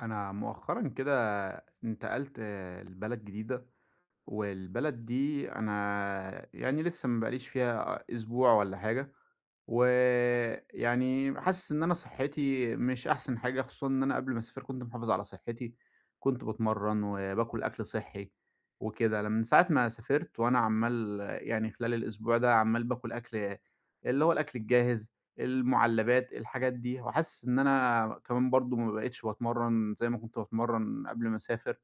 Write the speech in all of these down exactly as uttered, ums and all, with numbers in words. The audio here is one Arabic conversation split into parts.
أنا مؤخرًا كده انتقلت لبلد جديدة، والبلد دي أنا يعني لسه ما بقاليش فيها أسبوع ولا حاجة، ويعني حاسس إن أنا صحّتي مش أحسن حاجة، خصوصًا إن أنا قبل ما أسافر كنت محافظ على صحّتي، كنت باتمرّن وباكل أكل صحّي وكده، ل من ساعة ما سافرت وأنا عمّال يعني خلال الأسبوع ده عمّال باكل أكل اللي هو الأكل الجاهز، المُعلّبات، الحاجات دي، وحاسس إن أنا كمان برضه ما بقيتش باتمرّن زي ما كنت باتمرّن قبل ما أسافر.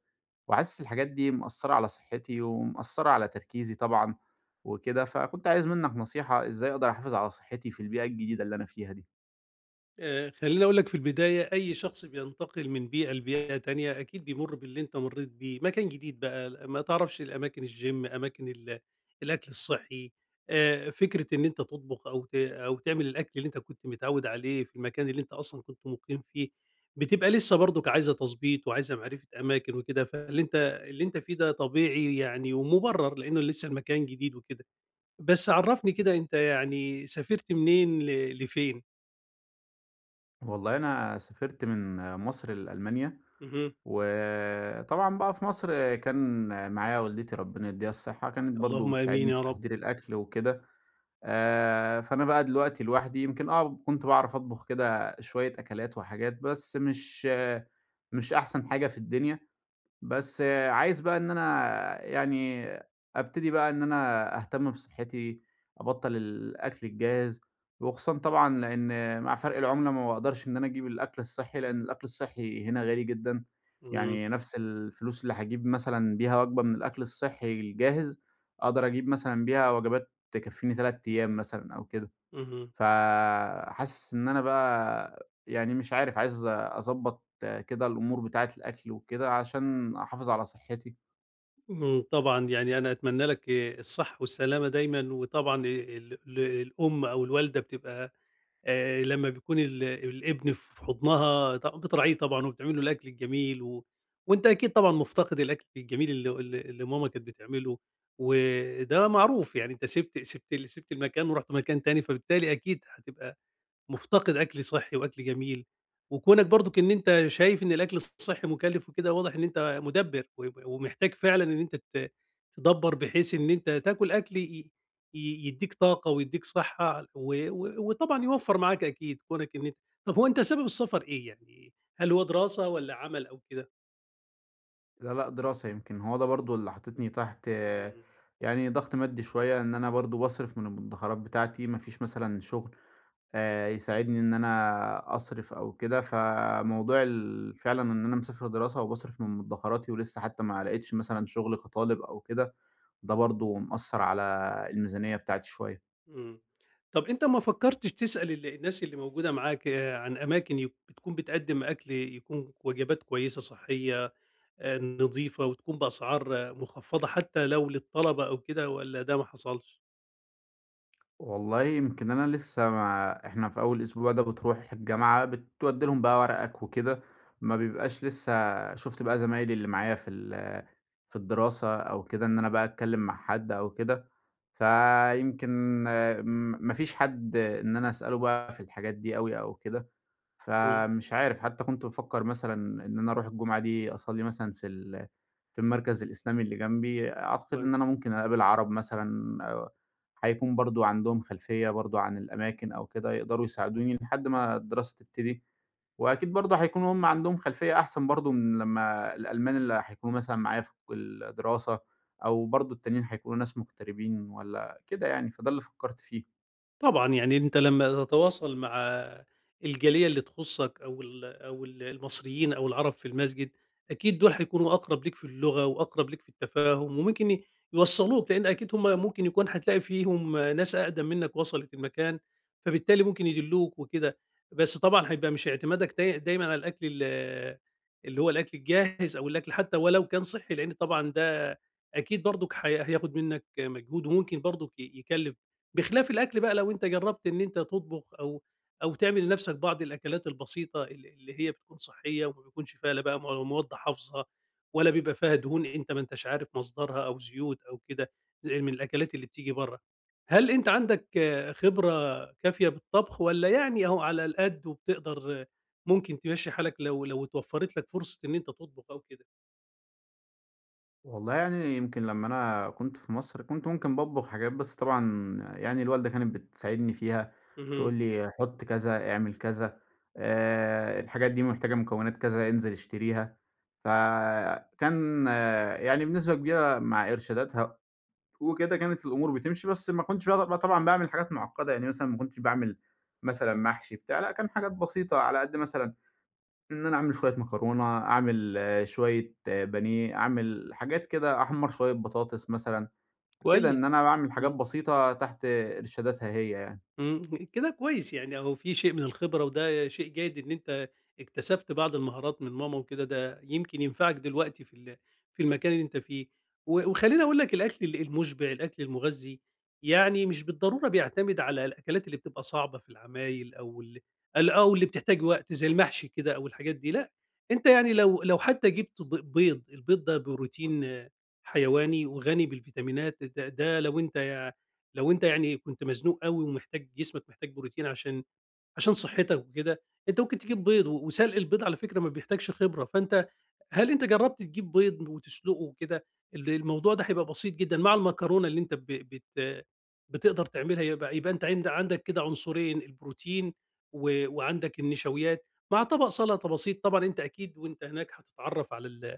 وحاسس الحاجات دي مأثّرة على صحّتي ومأثّرة على تركيزي طبعًا وكده، فكنت عايز منّك نصيحة إزاي أقدر أحافظ على صحّتي في البيئة الجديدة اللي أنا فيها دي؟ آآ، خلّيني أقول لك في البداية، أي شخص بينتقل من بيئة لبيئة تانية أكيد بيمُر باللي أنت مرّيت بيه، مكان جديد بقى ل ما تعرفش الأماكن الgym أماكن ال الأكل الصحّي، آآ، فكرة إن أنت تطبخ أو ت أو تعمل الأكل اللي أنت كنت متعوّد عليه في المكان اللي أنت أصلًا كنت مُقيم فيه، بتبقى لسه برضُك عايزة تضبيط وعايزة معرفة أماكن وكده، فاللي أنت اللي أنت فيه ده طبيعي يعني ومُبرّر لإنه لسه المكان جديد وكده. بس عرّفني كده أنت يعني سافرت منين ل لفين؟ والله أنا سافرت من مصر لألمانيا، اهم. وطبعًا بقى في مصر كان معايا والدتي ربنا يدّيها الصحة، كانت برضه اللهم آمين بتساعدني يا في رب. تحضير الأكل وكده، آآ، فأنا بقى دلوقتي لوحدي يمكن آه، كنت باعرف أطبخ كده شوية أكلات وحاجات، بس مش آه، مش أحسن حاجة في الدنيا. بس آه، عايز بقى إن أنا يعني أبتدي بقى إن أنا أهتم بصحّتي، أبطّل الأكل الجاهز، وخصوصًا طبعًا لإن مع فرق العملة ما باقدرش إن أنا أجيب الأكل الصحّي، لإن الأكل الصحّي هنا غالي جدًا، إمم. يعني نفس الفلوس اللي هاجيب مثلًا بيها وجبة من الأكل الصحّي الجاهز، أقدر أجيب مثلًا بيها وجبات تكفّيني تلات أيام مثلًا أو كده. اهم. فحاسس إن أنا بقى يعني مش عارف، عايز أضبّط كده الأمور بتاعة الأكل وكده عشان أحافظ على صحّتي. اهم. طبعًا يعني أنا أتمنى لك آآ الصحة والسلامة دايمًا، وطبعًا ال ال الأم أو الوالدة بتبقى آآ لمّا بيكون ال الابن في حضنها ط بتراعيه طبعًا وبتعمل له الأكل الجميل، و وأنت أكيد طبعًا مفتقد الأكل الجميل اللي اللي اللي ماما كانت بتعمله، وده معروف يعني أنت سِبت سِبت ال سِبت المكان ورُحت مكان تاني، فبالتالي أكيد هتبقى مفتقد أكل صحّي وأكل جميل، وكونك برضُك إن أنت شايف إن الأكل الصحّي مُكلِّف وكده، واضح إن أنت مُدبِّر وب ومحتاج فعلًا إن أنت ت تدبّر بحيث إن أنت تاكل أكل ي ي يدّيك طاقة ويدّيك صحّة و و وطبعًا يوفّر معاك أكيد كونك إن أنت طَب هو أنت سبب السفر إيه يعني؟ هل هو دراسة والّا عمل أو كده؟ لا، لأ، دراسة يمكن هو ده برضه اللي حاططني تحت إمم، يعني ضغط مادي شوية، إن أنا برضه باصرف من المدخرات بتاعتي، ما فيش مثلًا شغل آآ يساعدني إن أنا أصرف أو كده، فموضوع ال فعلًا إن أنا مسافر دراسة وباصرف من مدخراتي ولسه حتى ما لقيتش مثلًا شغل كطالب أو كده، ده برضه مأثّر على الميزانية بتاعتي شوية. إمم. طَب أنت ما فكّرتش تسأل ال الناس اللي موجودة معاك آه، عن أماكن يك بتكون بتقدّم أكل يكون وجبات كويسة صحّية آآ نضيفة وتكون بأسعار آه، مخفّضة حتى لو للطلبة أو كده والّا ده ما حصلش؟ والله يمكن أنا لسه ما إحنا في أول أسبوع ده بتروح الجامعة بتودي لهم بقى ورقك وكده، ما بيبقاش لسه شُفت بقى زمايلي اللي معايا في ال في الدراسة أو كده إن أنا بقى أتكلّم مع حد أو كده، فيمكن آه، م ما فيش حد إن أنا أسأله بقى في الحاجات دي أوي أو كده. إمم. فمش عارف، حتى كنت بافكّر مثلًا إن أنا أروح الجمعة دي أصلّي مثلًا في ال في المركز الإسلامي اللي جنبي، أعتقد إن أنا كويس. ممكن أقابل عرب مثلًا أو هيكون برضه عندهم خلفية برضه عن الأماكن أو كده، يقدروا يساعدوني لحد ما الدراسة تبتدي، وأكيد برضه هيكونوا هم عندهم خلفية أحسن برضه من لمّا الألمان اللي هيكونوا مثلًا معايا في الدراسة أو برضه التانيين هيكونوا ناس مغتربين والّا كده يعني، فده اللي فكّرت فيه. طبعًا، يعني أنت لمّا تتواصل مع الجالية اللي تخُصّك أو ال أو ال المصريين أو العرب في المسجد، أكيد دول هيكونوا أقرب ليك في اللغة وأقرب ليك في التفاهم وممكن ي يوصّلوك، لإن أكيد هم ممكن يكون هتلاقي فيهم ناس أقدم منّك وصلت المكان، فبالتالي ممكن يدلّوك وكده. بس طبعًا هيبقى مش اعتمادك داي دايمًا على الأكل ال اللي هو الأكل الجاهز أو الأكل حتّى ولو كان صحّي، لإن طبعًا ده أكيد برضُك هي هياخُد منّك مجهود وممكن برضُك ي يكلِّف بخلاف الأكل بقى لو أنت جرّبت إن أنت تطبخ أو أو تعمل لنفسك بعض الأكلات البسيطة ال اللي هي بتكون صحّية وما بيكونش فيها لا بقى مو مواد حافظة ولا بيبقى فيها دهون أنت ما أنتاش عارف مصدرها أو زيوت أو كده، زي من الأكلات اللي بتيجي برّه. هل أنت عندك آه، خبرة كافية بالطبخ والّا يعني أهو على القد وبتقدر آه، ممكن تمشّي حالك لو لو اتوفّرت لك فرصة إن أنت تطبخ أو كده؟ والله يعني يمكن لمّا أنا كنت في مصر، كنت ممكن باطبخ حاجات، بس طبعًا يعني الوالدة كانت بتساعدني فيها، اهم. تقول لي حُط كذا، اعمل كذا، آآ الحاجات دي محتاجة مكونات كذا، انزل اشتريها. فكان آه يعني بنسبة كبيرة مع إرشاداتها وكده كانت الأمور بتمشي، بس ما كنتش بقى طبعًا باعمل حاجات معقدة، يعني مثلًا ما كنتش باعمل مثلًا محشي بتاع، لأ كان حاجات بسيطة على قد مثلًا إن أنا أعمل شوية مكرونة، أعمل آه، شوية آه، بانيه، أعمل حاجات كده، أحمّر شوية بطاطس مثلًا، كده إن كويس. أنا باعمل حاجات إمم. بسيطة تحت إرشاداتها هي يعني. إمم. كده كويس يعني أهو في شيء من الخبرة، وده شيء جيد إن أنت اكتسبت بعض المهارات من ماما وكده، ده يمكن ينفعك دلوقتي في ال في المكان اللي أنت فيه، و وخلّيني أقول لك الأكل ال المُشبع، الأكل المغذي، يعني مش بالضرورة بيعتمد على الأكلات اللي بتبقى صعبة في العمايل أو ال ال أو اللي بتحتاج وقت زي المحشي كده أو الحاجات دي، لأ، أنت يعني لو لو حتى جبت ب بيض، البيض ده بروتين آه، حيواني وغني بالفيتامينات، ده ده لو أنت لو أنت يعني كنت مزنوق أوي ومحتاج جسمك محتاج بروتين عشان عشان صحتك وكده، أنت ممكن تجيب بيض و وسلق البيض على فكرة ما بيحتاجش خبرة، فأنت هل أنت جرّبت تجيب بيض وتسلقه وكده؟ ال الموضوع ده هيبقى بسيط جدًا مع المكرونة اللي أنت ب بت بتقدر تعملها، يبقى يبقى أنت عند عندك كده عنصرين البروتين و وعندك النشويات، مع طبق سلطة بسيط طبعًا أنت أكيد وأنت هناك هتتعرّف على ال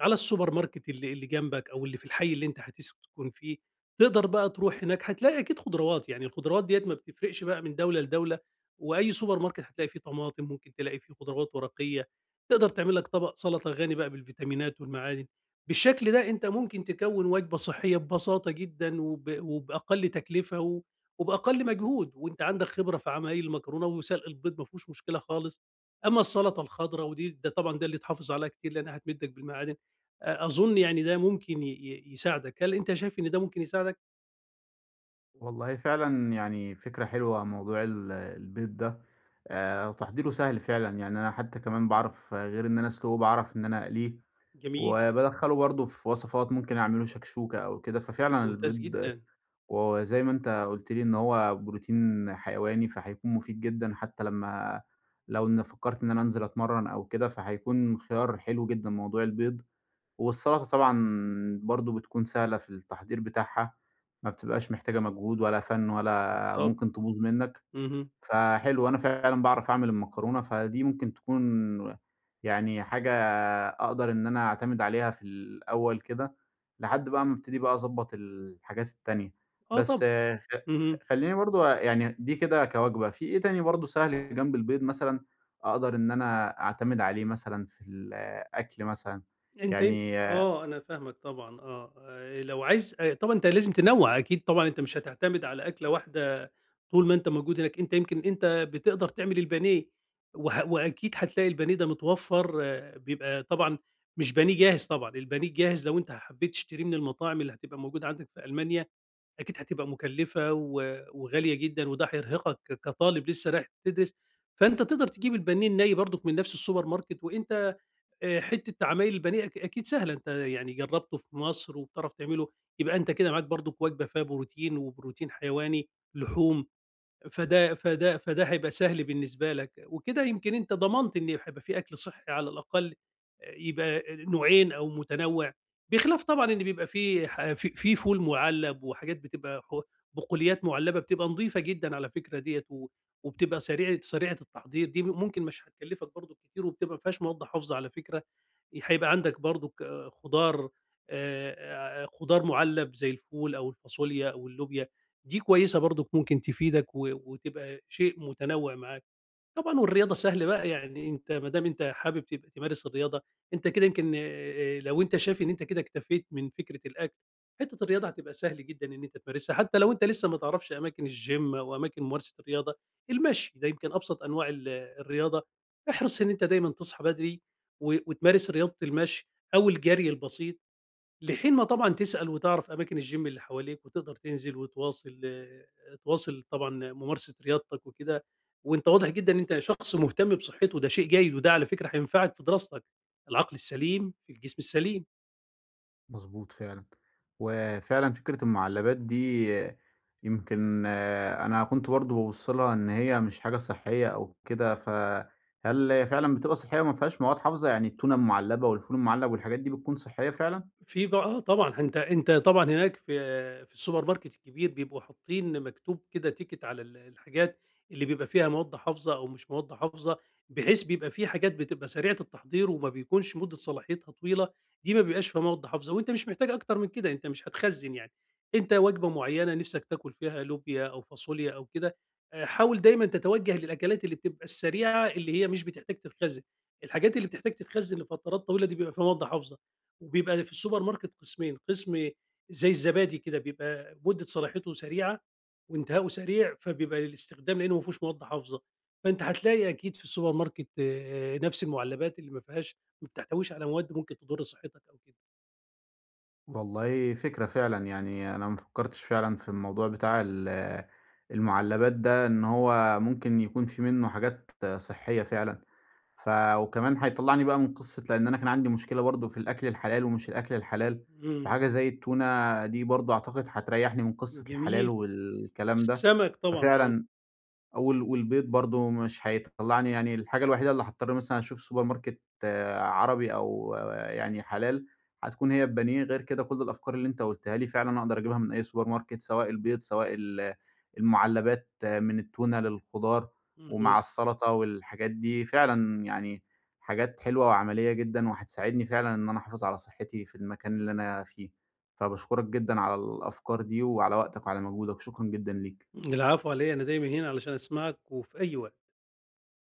على السوبر ماركت اللي اللي جنبك أو اللي في الحي اللي أنت هتسكن فيه، تقدر بقى تروح هناك هتلاقي أكيد خضروات، يعني الخضروات ديّة ما بتفرقش بقى من دولة لدولة، وأي سوبر ماركت هتلاقي فيه طماطم، ممكن تلاقي فيه خضروات ورقية، تقدر تعمل لك طبق سلطة غني بقى بالفيتامينات والمعادن، بالشكل ده أنت ممكن تكوّن وجبة صحية ببساطة جدًا وب وبأقل تكلفة و وبأقل مجهود، وأنت عندك خبرة في عمايل المكرونة وسلق البيض ما فيهوش مشكلة خالص، أمّا السلطة الخضرا ودي ده طبعًا ده اللي تحافظ عليها كتير لأنها هتمدّك بالمعادن. أ أظن يعني ده ممكن ي ي يساعدك، هل أنت شايف إن ده ممكن يساعدك؟ والله فعلًا يعني فكرة حلوة موضوع ال البيض ده، آآ وتحضيره سهل فعلًا، يعني أنا حتى كمان باعرف غير إن أنا أسلقه باعرف إن أنا أقليه، جميل. وبادخّله برضه في وصفات ممكن أعمله شكشوكة أو كده، ففعلًا ممتاز البيض جدًا. وزي ما أنت قُلت لي إن هو بروتين حيواني، فهيكون مفيد جدًا حتى لمّا لو إن فكّرت إن أنا أنزل أتمرّن أو كده، فهيكون خيار حلو جدًا موضوع البيض. والسلطة طبعًا برضه بتكون سهلة في التحضير بتاعها، ما بتبقاش محتاجة مجهود ولا فَن ولا بالضبط. ممكن تبوظ منّك. اهم. فحلو، أنا فعلًا باعرف أعمل المكرونة، فدي ممكن تكون يعني حاجة أقدر إن أنا أعتمد عليها في الأول كده، لحد بقى ما أبتدي بقى أضبّط الحاجات التانية. آه بس طبعًا. آه، خ خ اهم. خلّيني برضه يعني دي كده كوجبة، في إيه تاني برضه سهل جنب البيض مثلًا أقدر إن أنا أعتمد عليه مثلًا في الأكل مثلًا؟ أنت يم يعني آه، أنا فاهمك طبعًا آه، آآ لو عايز آآ طبعًا أنت لازم تنوّع أكيد طبعًا أنت مش هتعتمد على أكلة واحدة طول ما أنت موجود هناك، أنت يمكن أنت بتقدر تعمل البانيه وه وأكيد هتلاقي البانيه ده متوفّر آه، بيبقى طبعًا مش بانيه جاهز طبعًا، البانيه الجاهز لو أنت حبيت تشتريه من المطاعم اللي هتبقى موجودة عندك في ألمانيا أكيد هتبقى مُكلّفة و وغالية جدًا، وده هيرهقك ك كطالب لسه رايح تدرس، فأنت تقدر تجيب البانيه الني برضك من نفس السوبر ماركت، وأنت آآ حتّة عمايل البانيه أك أكيد سهلة، أنت يعني جرّبته في مصر وبتعرف تعمله، يبقى أنت كده معاك برضك وجبة فيها بروتين وبروتين حيواني، لحوم فده فده فده هيبقى سهل بالنسبة لك، وكده يمكن أنت ضمنت إن هيبقى في أكل صحّي على الأقل، آآ، يبقى نوعين أو متنوع، بخلاف طبعًا إن بيبقى في ح في في فول مُعلّب وحاجات بتبقى ح بقوليات مُعلّبة بتبقى نضيفة جدًا على فكرة ديّة و وبتبقى سريعة سريعة التحضير دي ممكن مش هتكلّفك برضه كتير وبتبقى ما فيهاش مواد حافظة على فكرة، هيبقى عندك برضه ك خضار، آآ، خضار مُعلّب زي الفول أو الفاصوليا أو اللوبيا. دي كويسة برضك ممكن تفيدك و وتبقى شيء متنوّع معاك. طبعًا والرياضة سهل بقى، يعني أنت ما دام أنت حابب تبقى تمارس الرياضة، أنت كده يمكن آآ لو أنت شايف إن أنت كده اكتفيت من فكرة الأكل، حتّة الرياضة هتبقى سهل جدًا إن أنت تمارسها، حتّى لو أنت لسّه ما تعرفش أماكن الgym أو أماكن ممارسة الرياضة، المشي ده يمكن أبسط أنواع ال الرياضة. احرص إن أنت دايمًا تصحى بدري و وتمارس رياضة المشي أو الجري البسيط. لحين ما طبعًا تسأل وتعرف أماكن الgym اللي حواليك وتقدر تنزل وتواصل آه، تواصل طبعًا ممارسة رياضتك وكده، وأنت واضح جدًا إن أنت شخص مهتم بصحته، ده شيء جيد وده على فكرة هينفعك في دراستك، العقل السليم في الجسم السليم. مضبوط فعلًا، وفعلًا فكرة المُعلّبات دي آه، يمكن آه، أنا كنت برضه بابُص لها إن هي مش حاجة صحّية أو كده، فهل هي فعلًا بتبقى صحّية وما فيهاش مواد حافظة، يعني التونة المُعلّبة والفول المُعلّب والحاجات دي بتكون صحّية فعلًا؟ في بقى، آه طبعًا. أنت أنت طبعًا هناك في في السوبر ماركت الكبير بيبقوا حاطين مكتوب كده تيكت على ال الحاجات اللي بيبقى فيها مواد حافظة أو مش مواد حافظة، بحيث بيبقى في حاجات بتبقى سريعة التحضير وما بيكونش مدة صلاحيتها طويلة، دي ما بيبقاش فيها مواد حافظة، وأنت مش محتاج أكتر من كده، أنت مش هتخزّن يعني. أنت وجبة معينة نِفْسك تاكل فيها لوبيا أو فاصوليا أو كده، آآ حاول دايمًا تتوجه للأكلات اللي بتبقى السريعة اللي هي مش بتحتاج تتخزّن، الحاجات اللي بتحتاج تتخزّن لفترات طويلة دي بيبقى فيها مواد حافظة. وبيبقى في السوبر ماركت قسمين، قسم زي الزبادي كده بيبقى مدة صلاحيته سريعة وانتهاؤه سريع، فبيبقى للاستخدام لأنه ما فيهوش مواد حافظة، فأنت هتلاقي أكيد في السوبر ماركت آآ نفس المعلبات اللي ما فيهاش ما بتحتويش على مواد ممكن تضر صحتك أو كده. والله فكرة فعلًا، يعني أنا ما فكّرتش فعلًا في الموضوع بتاع ال آه، المُعلّبات ده إن هو ممكن يكون في منّه حاجات آه، صحّية فعلًا. ف وكمان هيطلّعني بقى من قصة لإن أنا كان عندي مشكلة برضه في الأكل الحلال ومش الأكل الحلال، إمم. فحاجة زي التونة دي برضه أعتقد هتريّحني من قصة الحلال جميل. والكلام ده، السمك طبعًا آه، ففعلًا وال والبيض برضه مش هيطلّعني يعني الحاجة الوحيدة اللي هاضطر مثلًا أشوف سوبر ماركت آه، عربي أو آه، يعني حلال، هتكون هي البانيه، غير كده كل الأفكار اللي أنت قُلتها لي فعلًا أقدر أجيبها من أي سوبر ماركت، سواء البيض، سواء ال المعلبات آه، من التونة للخضار، ومع اهم. السلطة والحاجات دي، فعلًا يعني حاجات حلوة وعملية جدًا، وهتساعدني فعلًا إن أنا أحافظ على صحتي في المكان اللي أنا فيه، فباشكرك جدًا على الأفكار دي، وعلى وقتك وعلى مجهودك، شكرًا جدًا ليك. العفو على إيه، أنا دايمًا هنا علشان أسمعك وفي أي وقت.